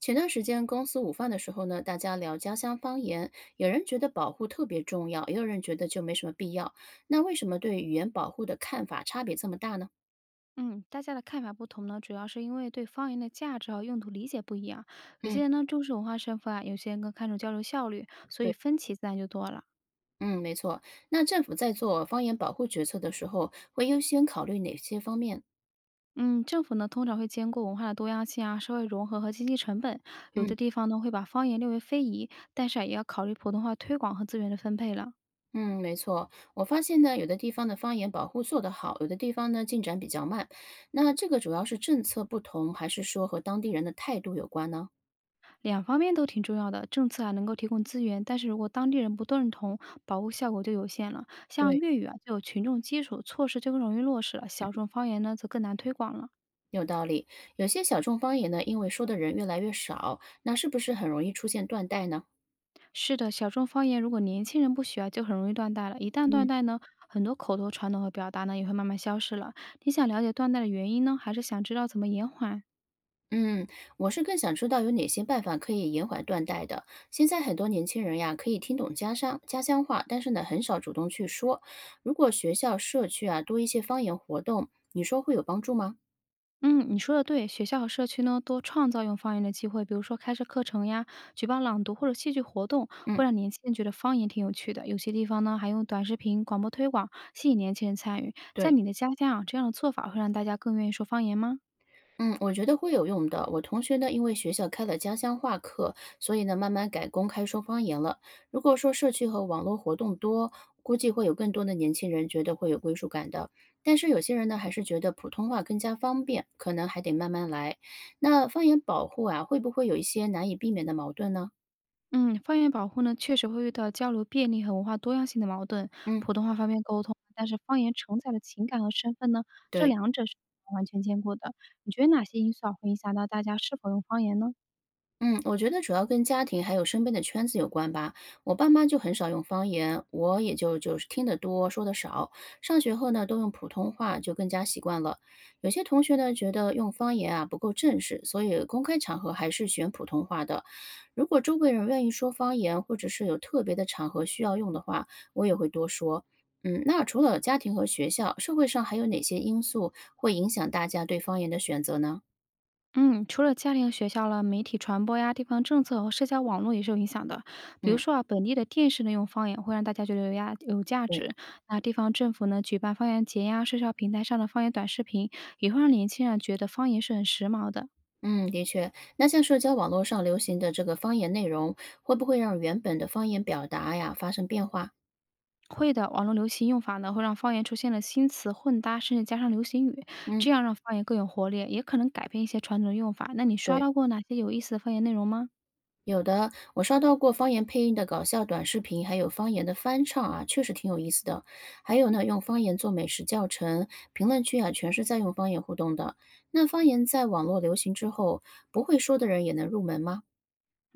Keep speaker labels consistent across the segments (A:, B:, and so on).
A: 前段时间公司午饭的时候呢，大家聊家乡方言，有人觉得保护特别重要，也有人觉得就没什么必要。那为什么对语言保护的看法差别这么大呢？
B: 嗯，大家的看法不同呢，主要是因为对方言的价值和用途理解不一样。有些
A: 嗯，
B: 人呢重视文化身份啊，有些人更看重交流效率，所以
A: 对，
B: 分歧自然就多了。
A: 嗯，没错。那政府在做方言保护决策的时候，会优先考虑哪些方面？
B: 嗯，政府呢通常会兼顾文化的多样性啊、社会融合和经济成本，有
A: 嗯
B: 的地方呢会把方言列为非遗，但是啊也要考虑普通话推广和资源的分配了。
A: 嗯，没错。我发现呢，有的地方的方言保护做得好，有的地方呢进展比较慢。那这个主要是政策不同，还是说和当地人的态度有关呢？
B: 两方面都挺重要的，政策啊能够提供资源，但是如果当地人不认同，保护效果就有限了。像
A: 对。
B: 粤语啊就有群众基础，措施就更容易落实了，小众方言呢则更难推广了。
A: 有道理，有些小众方言呢，因为说的人越来越少，那是不是很容易出现断代呢？
B: 是的，小众方言如果年轻人不学啊，就很容易断代了。一旦断
A: 嗯，
B: 代呢，很多口头传统和表达呢也会慢慢消失了。你想了解断代的原因呢，还是想知道怎么延缓？
A: 嗯，我是更想知道有哪些办法可以延缓断代的。现在很多年轻人呀，可以听懂家乡话，但是呢，很少主动去说。如果学校、社区啊多一些方言活动，你说会有帮助吗？
B: 嗯，你说的对，学校和社区呢多创造用方言的机会，比如说开设课程呀，举办朗读或者戏剧活动，
A: 嗯，
B: 会让年轻人觉得方言挺有趣的。有些地方呢还用短视频、广播推广，吸引年轻人参与。在
A: 对。
B: 你的家乡啊，这样的做法会让大家更愿意说方言吗？
A: 嗯，我觉得会有用的。我同学呢，因为学校开了家乡话课，所以呢，慢慢改公开说方言了。如果说社区和网络活动多，估计会有更多的年轻人觉得会有归属感的。但是有些人呢，还是觉得普通话更加方便，可能还得慢慢来。那方言保护啊，会不会有一些难以避免的矛盾呢？
B: 嗯，方言保护呢，确实会遇到交流便利和文化多样性的矛盾。
A: 嗯，
B: 普通话方便沟通，但是方言承载的情感和身份呢，这
A: 对。
B: 两者是不能完全兼顾的。你觉得哪些因素啊会影响到大家是否用方言呢？
A: 嗯，我觉得主要跟家庭还有身边的圈子有关吧。我爸妈就很少用方言，我也就是听得多，说的少。上学后呢，都用普通话，就更加习惯了。有些同学呢，觉得用方言啊不够正式，所以公开场合还是选普通话的。如果周围人愿意说方言，或者是有特别的场合需要用的话，我也会多说。嗯，那除了家庭和学校，社会上还有哪些因素会影响大家对方言的选择呢？
B: 嗯，除了家庭和学校了，媒体传播呀、地方政策和社交网络也是有影响的。比如
A: 嗯，
B: 说啊，本地的电视呢用方言会让大家觉得有价有价
A: 对。
B: 值，那地方政府呢举办方言节呀，社交平台上的方言短视频也会让年轻人觉得方言是很时髦的。
A: 嗯，的确，那像社交网络上流行的这个方言内容，会不会让原本的方言表达呀发生变化？
B: 会的，网络流行用法呢，会让方言出现了新词混搭，甚至加上流行语，
A: 嗯，
B: 这样让方言更有活力，也可能改变一些传统的用法。那你刷
A: 对，
B: 到过哪些有意思的方言内容吗？
A: 有的，我刷到过方言配音的搞笑短视频，还有方言的翻唱啊，确实挺有意思的。还有呢，用方言做美食教程，评论区啊全是在用方言互动的。那方言在网络流行之后，不会说的人也能入门吗？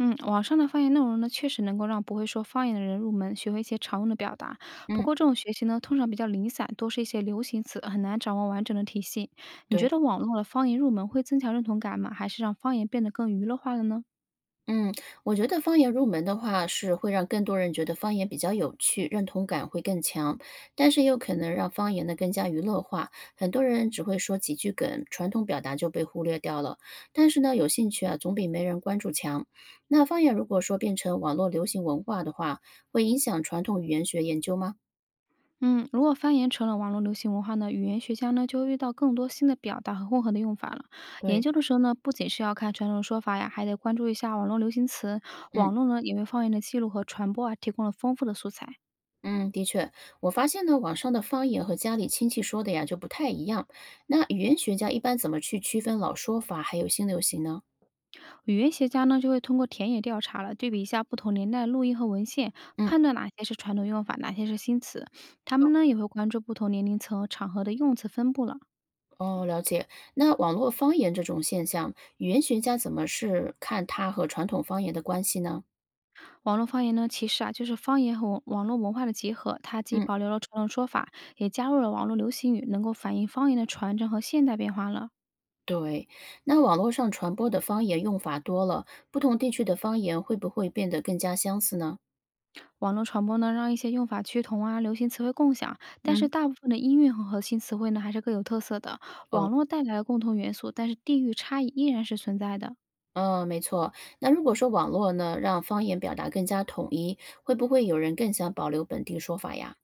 B: 嗯，网上的方言内容呢，确实能够让不会说方言的人入门，学会一些常用的表达。不
A: 嗯，
B: 过这种学习呢，通常比较零散，多是一些流行词，很难掌握完整的体系。你觉
A: 对。
B: 得网络的方言入门会增强认同感吗？还是让方言变得更娱乐化了呢？
A: 嗯，我觉得方言入门的话，是会让更多人觉得方言比较有趣，认同感会更强，但是也有可能让方言呢更加娱乐化，很多人只会说几句梗，传统表达就被忽略掉了。但是呢，有兴趣啊，总比没人关注强。那方言如果说变成网络流行文化的话，会影响传统语言学研究吗？
B: 嗯，如果方言成了网络流行文化呢，语言学家呢就会遇到更多新的表达和混合的用法了。研
A: 对，
B: 究的时候呢，不仅是要看传统说法呀，还得关注一下网络流行词。
A: 嗯
B: 网络呢也为方言的记录和传播啊提供了丰富的素材。
A: 嗯，的确，我发现呢，网上的方言和家里亲戚说的呀就不太一样。那语言学家一般怎么去区分老说法还有新流行呢？
B: 语言学家呢就会通过田野调查了，对比一下不同年代的录音和文献，
A: 嗯，
B: 判断哪些是传统用法，哪些是新词。他们呢也会关注不同年龄层和场合的用词分布了。
A: 哦，了解。那网络方言这种现象，语言学家怎么是看它和传统方言的关系呢？
B: 网络方言呢，其实啊，就是方言和网络文化的结合，它既
A: 嗯，
B: 保留了传统说法，也加入了网络流行语，能够反映方言的传承和现代变化了。
A: 对。那网络上传播的方言用法多了，不同地区的方言会不会变得更加相似呢？
B: 网络传播呢，让一些用法趋同啊，流行词汇共享，但是
A: 嗯，
B: 大部分的音乐和核心词汇呢，还是各有特色的。网
A: 哦，
B: 络带来了共同元素，但是地域差异依然是存在的。
A: 没错。那如果说网络呢，让方言表达更加统一，会不会有人更想保留本地说法呀？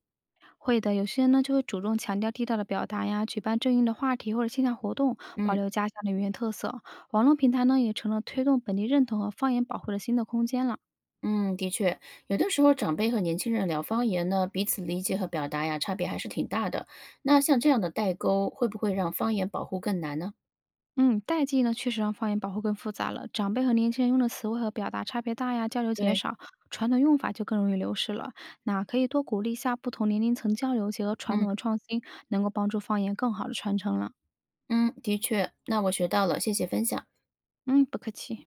B: 会的，有些人呢就会主动强调地道的表达呀，举办正音的话题或者线下活动，保
A: 嗯。
B: 留家乡的语言特色。网络平台呢，也成了推动本地认同和方言保护的新的空间了。
A: 嗯，的确，有的时候长辈和年轻人聊方言呢，彼此理解和表达呀，差别还是挺大的。那像这样的代沟，会不会让方言保护更难呢？
B: 嗯，代际呢确实让方言保护更复杂了。长辈和年轻人用的词汇和表达差别大呀，交流减
A: 对，
B: 少，传统用法就更容易流失了。那可以多鼓励一下不同年龄层交流，结合传
A: 嗯
B: 统的创新，能够帮助方言更好的传承了。
A: 嗯，的确，那我学到了，谢谢分享。
B: 嗯，不客气。